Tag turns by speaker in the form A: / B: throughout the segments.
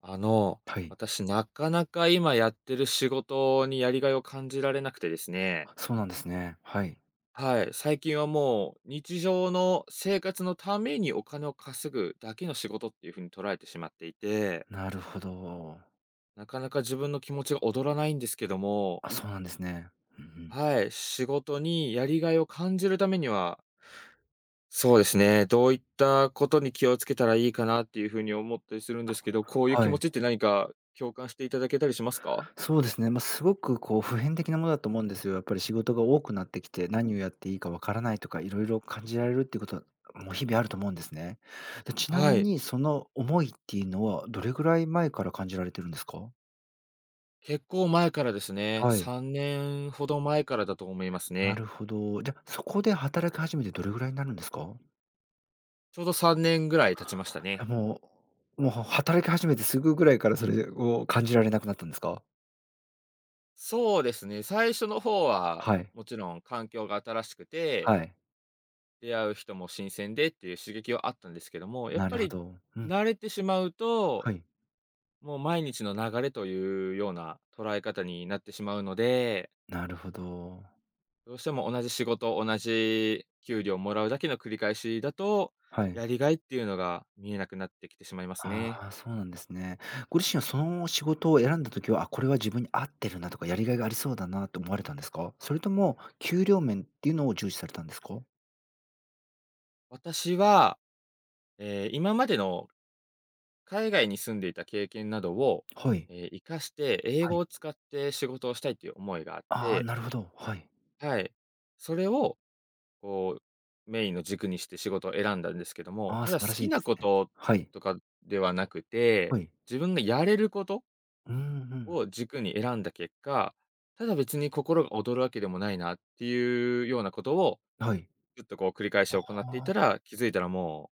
A: あの、
B: はい。
A: 私なかなか今やってる仕事にやりがいを感じられなくてですね。
B: あ、そうなんですね。はい。
A: はい、最近はもう日常の生活のためにお金を稼ぐだけの仕事っていう風に捉えてしまっていて、
B: なるほど。
A: なかなか自分の気持ちが躍らないんですけども、
B: あ、そうなんですね。うんうん。
A: はい、仕事にやりがいを感じるためには、そうですね、どういったことに気をつけたらいいかなっていう風に思ったりするんですけど、こういう気
B: は
A: 持
B: い。
A: ちって何か共感していただけたりしますか？
B: そうですね、ま、すごくこう普遍的なものだと思うんですよ。やっぱり仕事が多くなってきて、何をやっていいかわからないとか、いろいろ感じられるっていうことは、もう日々あると思うんですね。で、ちな
A: は
B: み
A: い。
B: にその思いっていうのは、どれぐらい前から感じられてるんですか？
A: 結構前からですね。
B: はい。
A: 3年ほど前からだと思います
B: な
A: ね。
B: るほど。じゃ、そこで働き始めてどれぐらいになるんですか？
A: ちょうど3年ぐらい経ちました
B: あ、
A: ね。
B: もう働き始めてすぐぐらいからそれを感じられなくなったんですか？
A: そうですね、最初の方は、
B: はい。
A: もちろん環境が新しくて、
B: はい。
A: 出会う人も新鮮でっていう刺激はあったんですけども、やっ
B: な
A: ぱ
B: るほ
A: り
B: ど。うん。
A: 慣れてしまうと、
B: はい。
A: もう毎日の流れというような捉え方になってしまうので、
B: なるほど。
A: どうしても同じ仕事、同じ給料もらうだけの繰り返しだと、
B: はい。
A: やりがいっていうのが見えなくなってきてしまいます
B: あ
A: ね。
B: あ、そうなんですね。ご自身はその仕事を選んだ時は、あ、これは自分に合ってるなとか、やりがいがありそうだなと思われたんですか？それとも給料面っていうのを重視されたんですか？
A: 私は、今までの海外に住んでいた経験などを、
B: はい。
A: 活かして、英
B: は
A: 語
B: い。
A: を使って仕事をしたいという思いがあっ
B: ああ、
A: て、
B: なるほど。はい。
A: はい。それを、こメインの軸にして仕事を選んだんですけども、
B: ああ、
A: た
B: 素
A: だ好
B: 晴らし
A: き
B: いで
A: な
B: す
A: こ
B: ね。
A: と
B: はい。
A: とかではなくて、
B: はい。
A: 自分がやれること
B: うんうん。
A: を軸に選んだ結果、ただ別に心が躍るわけでもないなっていうようなことを
B: はい。
A: ずっとこう繰り返
B: あ
A: し行ってい
B: あ。
A: たら、気づいたらも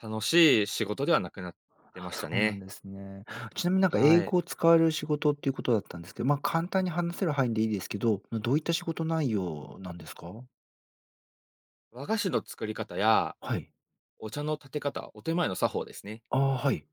A: う、楽しい仕事ではなくなってまし
B: そ
A: た
B: うなん
A: ね。
B: ですね。ちなみになんか英
A: はい。
B: 語を使われる仕事っていうことだったんですけど、ま、簡単に話せる範囲でいいですけど、どういった仕事内容なんですか？
A: 和菓子の作り方や、
B: はい。
A: お茶の立て方、お手前の作法ですね。
B: ああ、はい。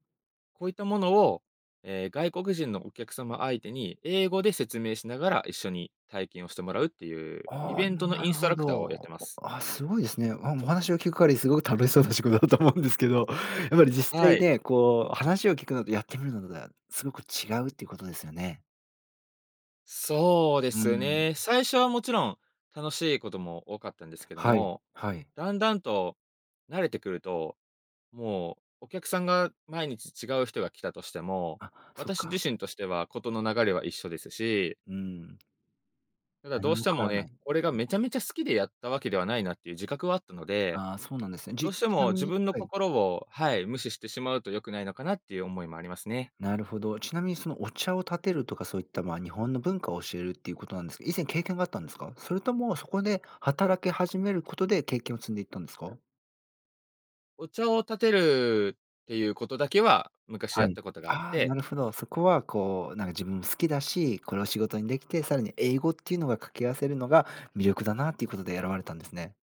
A: こういったものを、外国人のお客様相手に英語で説明しながら一緒に体験をしてもらうっていうイ
B: ああ、
A: ベントの
B: な
A: イン
B: る
A: スト
B: ほ
A: ラクターをやって
B: ど。
A: ます。
B: あ、すごいですね。あ、お話を聞く限りすごく楽しそうな仕事だと思うんですけど、やっぱり実
A: は
B: 際
A: い。
B: ね、こう話を聞くのとやってみるのではすごく違うっていうことですよね。
A: そうで
B: う
A: す
B: ん。
A: ね。最初はもちろん楽しいことも多かったんですけど
B: はい、
A: も、
B: はい。
A: だんだんと慣れてくるともう、お客さんが毎日違う人が来たとしても、
B: あ、そっ
A: 私
B: か。
A: 自身としては事の流れは一緒ですし、
B: うん、
A: ただど
B: 何
A: うし
B: も
A: て
B: 変
A: も
B: わらな
A: ね、
B: い。
A: これがめちゃめちゃ好きでやったわけではないなっていう自覚はあったので、
B: ああ、そうなんですね。
A: ど
B: じ
A: う
B: ち
A: して
B: な
A: も
B: み
A: 自
B: に
A: 分の
B: はい。
A: 心を、はい、無視してしまうと良くないのかなっていう思いもありますね。
B: なるほど。ちなみにそのお茶を立てるとかそういった、まあ、日本の文化を教えるっていうことなんですけど、以前経験があったんですか？それともそこで働き始めることで経験を積んでいったんですか？
A: お茶を立てるっていうことだけは昔
B: は
A: やっ
B: い。
A: たことがあっ
B: ああ、な
A: て、
B: るほど。そこはこう、なんか自分も好きだし、これを仕事にできて、さらに英語っていうのが掛け合わせるのが魅力だなっていうことで選ばれたんですね。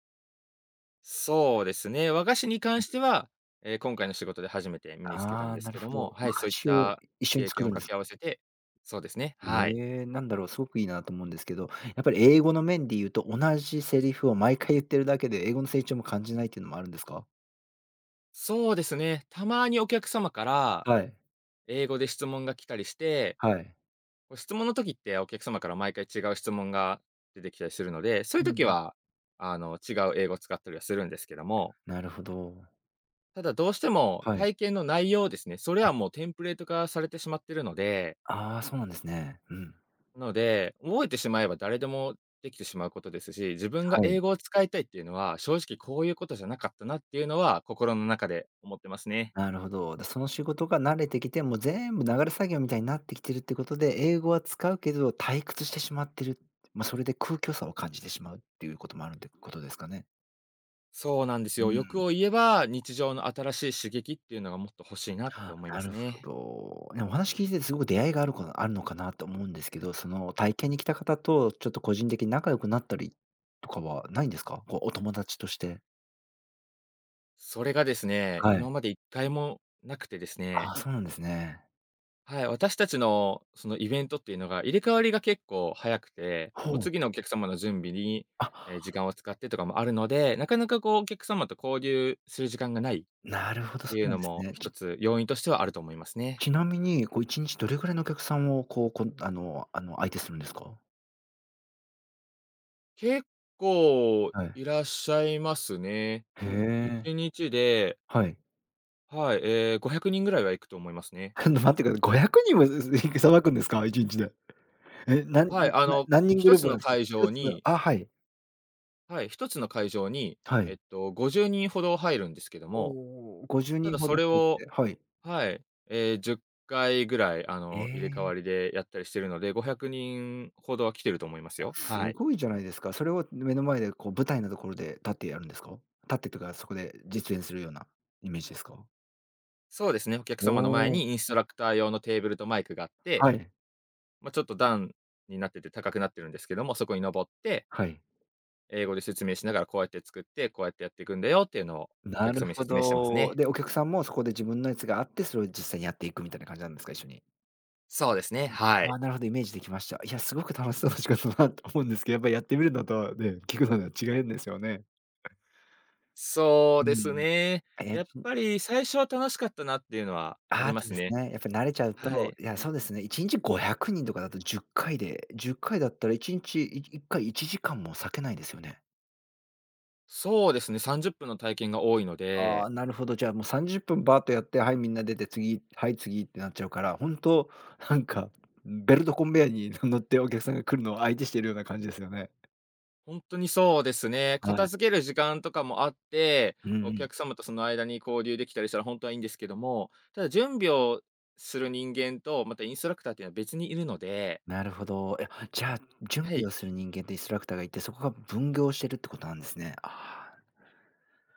A: そうですね、和菓子に関しては、今回の仕事で初めて身につけたん
B: ああ、
A: です
B: な
A: け
B: る
A: ど
B: ほど。
A: も、はい、
B: 和菓
A: そういっ
B: 子を
A: た
B: 一緒に
A: 経験
B: 作
A: を
B: るんで
A: 掛
B: す
A: け
B: か？
A: 合わせて、そうですね、はい。
B: ええ、なんだろう、すごくいいなと思うんですけど、やっぱり英語の面で言うと、同じセリフを毎回言ってるだけで、英語の成長も感じないっていうのもあるんですか？
A: そうですね。たまにお客様から
B: はい、
A: 英語で質問が来たりして、
B: はい。
A: こう質問の時ってお客様から毎回違う質問が出てきたりするので、そうい
B: う
A: う
B: んう
A: 時
B: ん。
A: は、違う英語を使ったりはするんですけども、
B: なるほど。
A: ただどうしても
B: はい、
A: 体験の内容ですね、それ
B: は
A: はもう
B: い。
A: テンプレート化されてしまってるので、
B: ああ、そうなんですね。うん。
A: なので、覚えてしまえば誰でもできてしまうことですし、自分が
B: はい。
A: 英語を使いたいっていうのは、正直こういうことじゃなかったなっていうのは、心の中で思ってますね。
B: なるほど。で、その仕事が慣れてきて、もう全部流れ作業みたいになってきてるってことで、英語は使うけど退屈してしまってる。ま、それで空虚さを感じてしまうっていうこともあるってことですかね？
A: そうなんです
B: う
A: よ。欲
B: ん。
A: を言えば、日常の新しい刺激っていうのがもっと欲しいなって
B: あ、
A: 思いま
B: な
A: す
B: る
A: ね。
B: ほど。ね、お話聞いててすごく出会いがあるあるのかなと思うんですけど、その体験に来た方とちょっと個人的に仲良くなったりとかはないんですか？こうお友達として。
A: それがですね、
B: はい。
A: 今まで一回もなくてですね、
B: ああ、そうなんですね。
A: はい、私たちのそのイベントっていうのが入れ替わりが結構早くて、もう
B: ほう。
A: 次のお客様の準備に、
B: あ、
A: 時間を使ってとかもあるので、なかなかこうお客様と交流する時間がないっ
B: なるほど、そ
A: てい
B: う
A: う
B: なん
A: の
B: です
A: も
B: ね。
A: 一
B: ち
A: つ要因としてはあると思いますね。
B: ちなみに、こう1日どれぐらいのお客さんをこう、こんあのあの、相手するんですか？
A: 結構
B: はい。
A: いらっしゃいますね。
B: へ
A: もう
B: え、
A: 1日で、
B: はい。
A: はい、ええ、500人ぐらいは行くと思いますね。
B: ちょっと待ってください、500人も、さばくんですか？1日で。え、なん
A: はい、
B: な何人グ
A: 一
B: ルー
A: つ
B: プな
A: の
B: んですか
A: 会
B: ？1
A: 場
B: つの、
A: に、
B: あ、はい。
A: はい、一つの会場に、
B: はい。
A: 50人ほど入るんですけども、
B: おお、50
A: た
B: 人
A: だ
B: ほ
A: そ
B: ど
A: れ
B: 入っ
A: を、
B: て、はい。
A: はい、ええ、10回ぐらい、
B: え
A: 入れ替
B: え。
A: わりでやったりしてるので、500人ほどは来てると思いますよ。
B: す
A: はい。
B: ごいじゃないですか。それを目の前でこう舞台のところで立ってやるんですか？立ってというかそこで実演するようなイメージですか？
A: そうですね、お客
B: お
A: 様の前
B: お、
A: にインストラクター用のテーブルとマイクがあって、
B: はい、
A: まあ、ちょっと段になってて高くなってるんですけども、そこに登って、
B: はい。
A: 英語で説明しながらこうやって作って、こうやってやっていくんだよっていうのをお
B: な
A: 客
B: る
A: 様に
B: ほ
A: 説明してます
B: ど。
A: ね。
B: で、お客さんもそこで自分のやつがあって、それを実際にやっていくみたいな感じなんですか？一緒に。
A: そうですね、は
B: あ
A: い。
B: あ、なるほど、イメージできました。いや、すごく楽しそうな仕事だなと思うんですけど、やっぱりやってみるのとね、聞くのでは違うんですよね。
A: そう
B: う
A: です
B: ん。
A: ね。
B: え
A: やっぱり最初は楽しかったなっていうのはあ
B: あ
A: り
B: っ
A: ま
B: たん
A: す
B: です
A: ね。
B: ね。やっぱり慣れちゃう
A: は
B: と、
A: い。
B: いや、そうですね、1日500人とかだと10回で、10回だったら1日、1回1時間も割けないですよね。
A: そうですね、30分の体験が多いの
B: あ
A: で、
B: あ、なるほど。じゃあ、もう30分バーッとやって、はい、みんな出て、次、はい、次ってなっちゃうから、本当なんか、ベルトコンベヤーに 乗ってお客さんが来るのを相手してるような感じですよね。
A: 本当にそうですね、
B: は
A: 片
B: い。
A: 付ける時間とかもあって、
B: うんう
A: お
B: ん。
A: 客様とその間に交流できたりしたら本当はいいんですけども、ただ準備をする人間と、またインストラクターっていうのは別にいるので、
B: なるほど。いや、じ
A: い
B: ゃあ、準
A: は
B: 備
A: い。
B: をする人間とインストラクターがいて、そこが分業してるってことなんですね。ああ。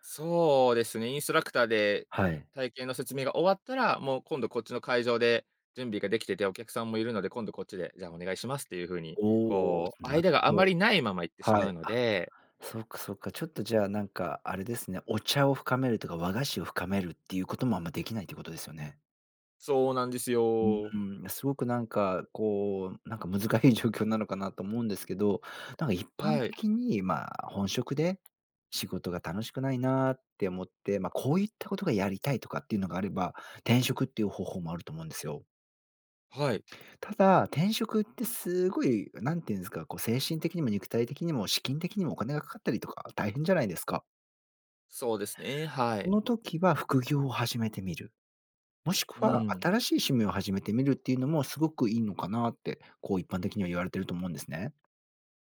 A: そうですね、インストラクターで
B: はい。
A: 体験の説明が終わったら、もう今度こっちの会場で準備ができてて、お客さんもいるので、今度こっちで、じゃあお願いしますっていう風に、
B: おお、
A: こう、
B: なる
A: 間が
B: ほ
A: あま
B: ど。
A: りないまま行ってし
B: は
A: ま
B: い。
A: うので、
B: そっかそっか。ちょっとじゃあ、なんかあれですね、お茶を深めるとか、和菓子を深めるっていうこともあんまできないってことですよね。
A: そうなんですよ。
B: うん、すごくなんか、こう、なんか難しい状況なのかなと思うんですけど、なんか一般
A: はい、
B: 的に、まあ、本職で仕事が楽しくないなって思って、まあ、こういったことがやりたいとかっていうのがあれば、転職っていう方法もあると思うんですよ。
A: はい、
B: ただ、転職ってすごい、なんていうんですか、こう精神的にも肉体的にも資金的にもお金がかかったりとか大変じゃないですか。
A: そうですね、は
B: そ
A: い。
B: の時は副業を始めてみる。もしく
A: う
B: は
A: ん、
B: 新しい趣味を始めてみるっていうのもすごくいいのかなって、こう一般的には言われてると思うんですね。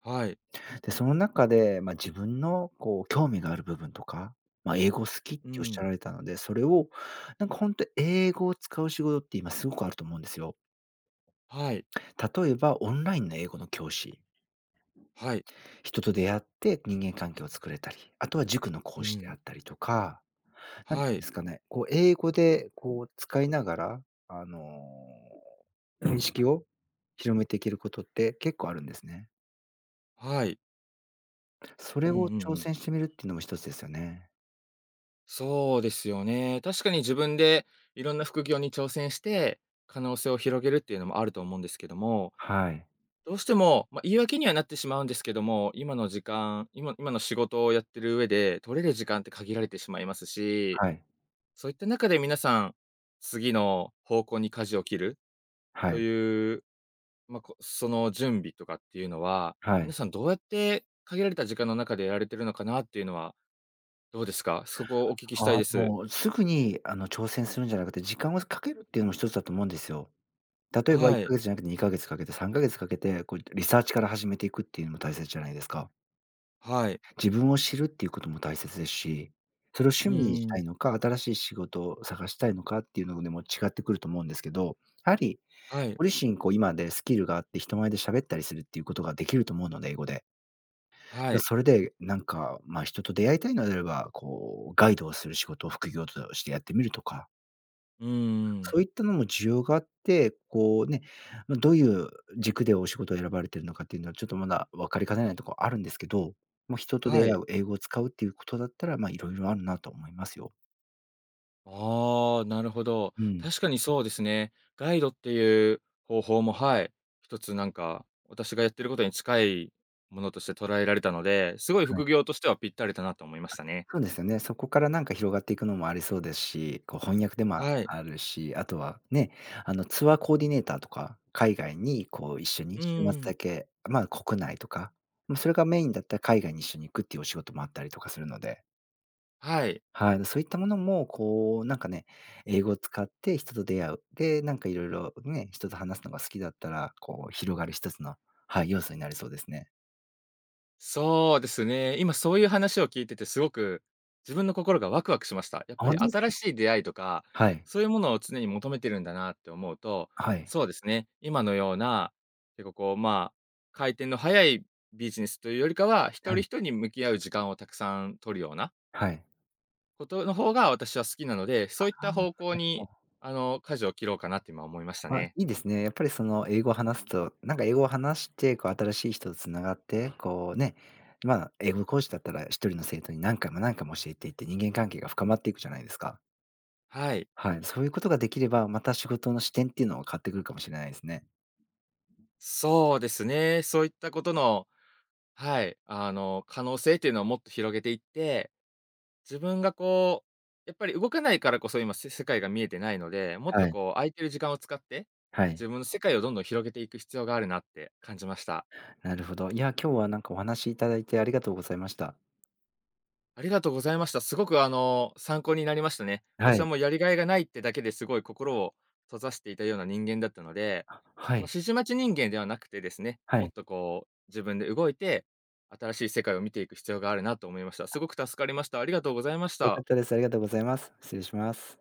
A: はい、
B: で、その中で、まあ、自分のこう興味がある部分とか、まあ、英語好きっ
A: う
B: ておっしゃ
A: ん、
B: られたので、それをなんか本当英語を使う仕事って今すごくあると思うんですよ。
A: はい、
B: 例えばオンラインの英語の教師、
A: はい、
B: 人と出会って人間関係を作れたり、あとは塾の
A: う
B: 講師であ
A: ん、
B: ったりとかなんてい
A: は
B: うん
A: い、
B: ですかね、こう英語でこう使いながら、あの、認識を広めていけることって結構あるんですね。
A: はい、
B: そ
A: う
B: れ
A: ん
B: を
A: うん
B: 挑
A: うん。
B: 戦してみるっていうのも一つですよね。
A: そうですよね。確かに自分でいろんな副業に挑戦して、可能性を広げるっていうのもあると思うんですけども、
B: はい。
A: どうしても、まあ、言い訳にはなってしまうんですけども、今の時間、今の仕事をやってる上で、取れる時間って限られてしまいますし、
B: はい。
A: そういった中で皆さん、次の方向に舵を切る
B: は
A: と
B: い。
A: いう、まあ、こその準備とかっていうのは、
B: は
A: 皆
B: い。
A: さんどうやって限られた時間の中でやられてるのかなっていうのは、どうですか？そこをお聞きした
B: あ
A: い
B: あ、
A: で
B: で
A: す。
B: も、すぐにあの挑戦するんじゃなくて、時間をかけるっていうのも一つだと思うんですよ。例えば1
A: はい、
B: ヶ月じゃなくて2ヶ月かけて、3ヶ月かけて、こうリサーチから始めていくっていうのも大切じゃないですか。
A: はい。
B: 自分を知るっていうことも大切ですし、それを
A: う
B: 趣味に
A: ー
B: した
A: ん、
B: いのか、新しい仕事を探したいのかっていうのでも違ってくると思うんですけど、やはり
A: はい、
B: ご自身こう今でスキルがあって人前で喋ったりするっていうことができると思うので、英語で。
A: はい。
B: それでなんか、まあ、人と出会いたいのであれば、こうガイドをする仕事を副業としてやってみるとか
A: うんん。
B: そういったのも需要があって、こうね、ま、どういう軸でお仕事を選ばれてるのかっていうのは、ちょっとまだ分かりかねないとこあるんですけど、ま、人と出
A: は
B: 会
A: い。
B: う、英語を使うっていうことだったら、ま、色々あるなと思いますよ。
A: ああ、なるほど。
B: うん、
A: 確かにそうですね。ガイドっていう方法も、はい、一つなんか、私がやってることに近いものとして捉えられたので、すごい
B: はい。
A: 副業としてはぴったりだなと思いましたね。
B: そうですよね。そこからなんか広がっていくのもありそうですし、こう翻訳でも
A: はい。
B: あるし、あとはね、あの、ツアーコーディネーターとか、海外にこう一緒に
A: う
B: 週末
A: ーうん。
B: だけ、まあ、国内とか、ま、それがメインだったら海外に一緒に行くっていうお仕事もあったりとかするので、
A: はい。
B: はい、そういったものも、こう、なんかね、英語を使って人と出会う。で、なんかいろいろね、人と話すのが好きだったら、こう、広がる一つの、はい、要素になりそうですね。
A: そうですね。今そういう話を聞いててすごく自分の心がワクワクしました。やっ
B: あ、
A: ぱり
B: 本当です
A: 新
B: か？
A: しい出会いとか、
B: はい。
A: そういうものを常に求めてるんだなって思うと、
B: はい。
A: そうですね、今のような、結構こう、まあ、回転の早いビジネスというよりかは、一
B: は
A: 人一
B: い。
A: 人に向き合う時間をたくさん取るような
B: はい。
A: ことの方が私は好きなので、そ
B: あ
A: ういっ
B: あ、
A: た
B: なる
A: 方向
B: ほ
A: に、
B: ど。
A: 舵を切ろうかなって今思いました
B: あ、
A: ね。
B: いいですね。やっぱりその英語を話すと、なんか英語を話して、こう新しい人とつながって、こうね、まあ、英語講師だったら一人の生徒に何回も何回も教えていって、人間関係が深まっていくじゃないですか。
A: はい。
B: はい、そういうことができれば、また仕事の視点っていうのを変わってくるかもしれないですね。
A: そうですね。そういったことの、はい、可能性っていうのをもっと広げていって、自分がやっぱり動かないからこそ今世界が見えてないので、もっ
B: は
A: と
B: い、
A: こう空いてる時間を使って、
B: はい。
A: 自分の世界をどんどん広げていく必要があるなって感じました。
B: なるほど。いや、今日はなんかお話しいただいてありがとうございました。
A: ありがとうございました。すごく参考になりましたね。
B: は
A: 私は
B: い。
A: もうやりがいがないってだけですごい心を閉ざしていたような人間だったので、
B: は
A: まあ、
B: い、
A: 指示待ち人間ではなくてですね、
B: は
A: もっ
B: い。
A: とこう自分で動いて、新しい世界を見ていく必要があるなと思いました。すごく助かりました。ありがとうございまし
B: 良か
A: た。
B: ったです。ありがとうございます。失礼します。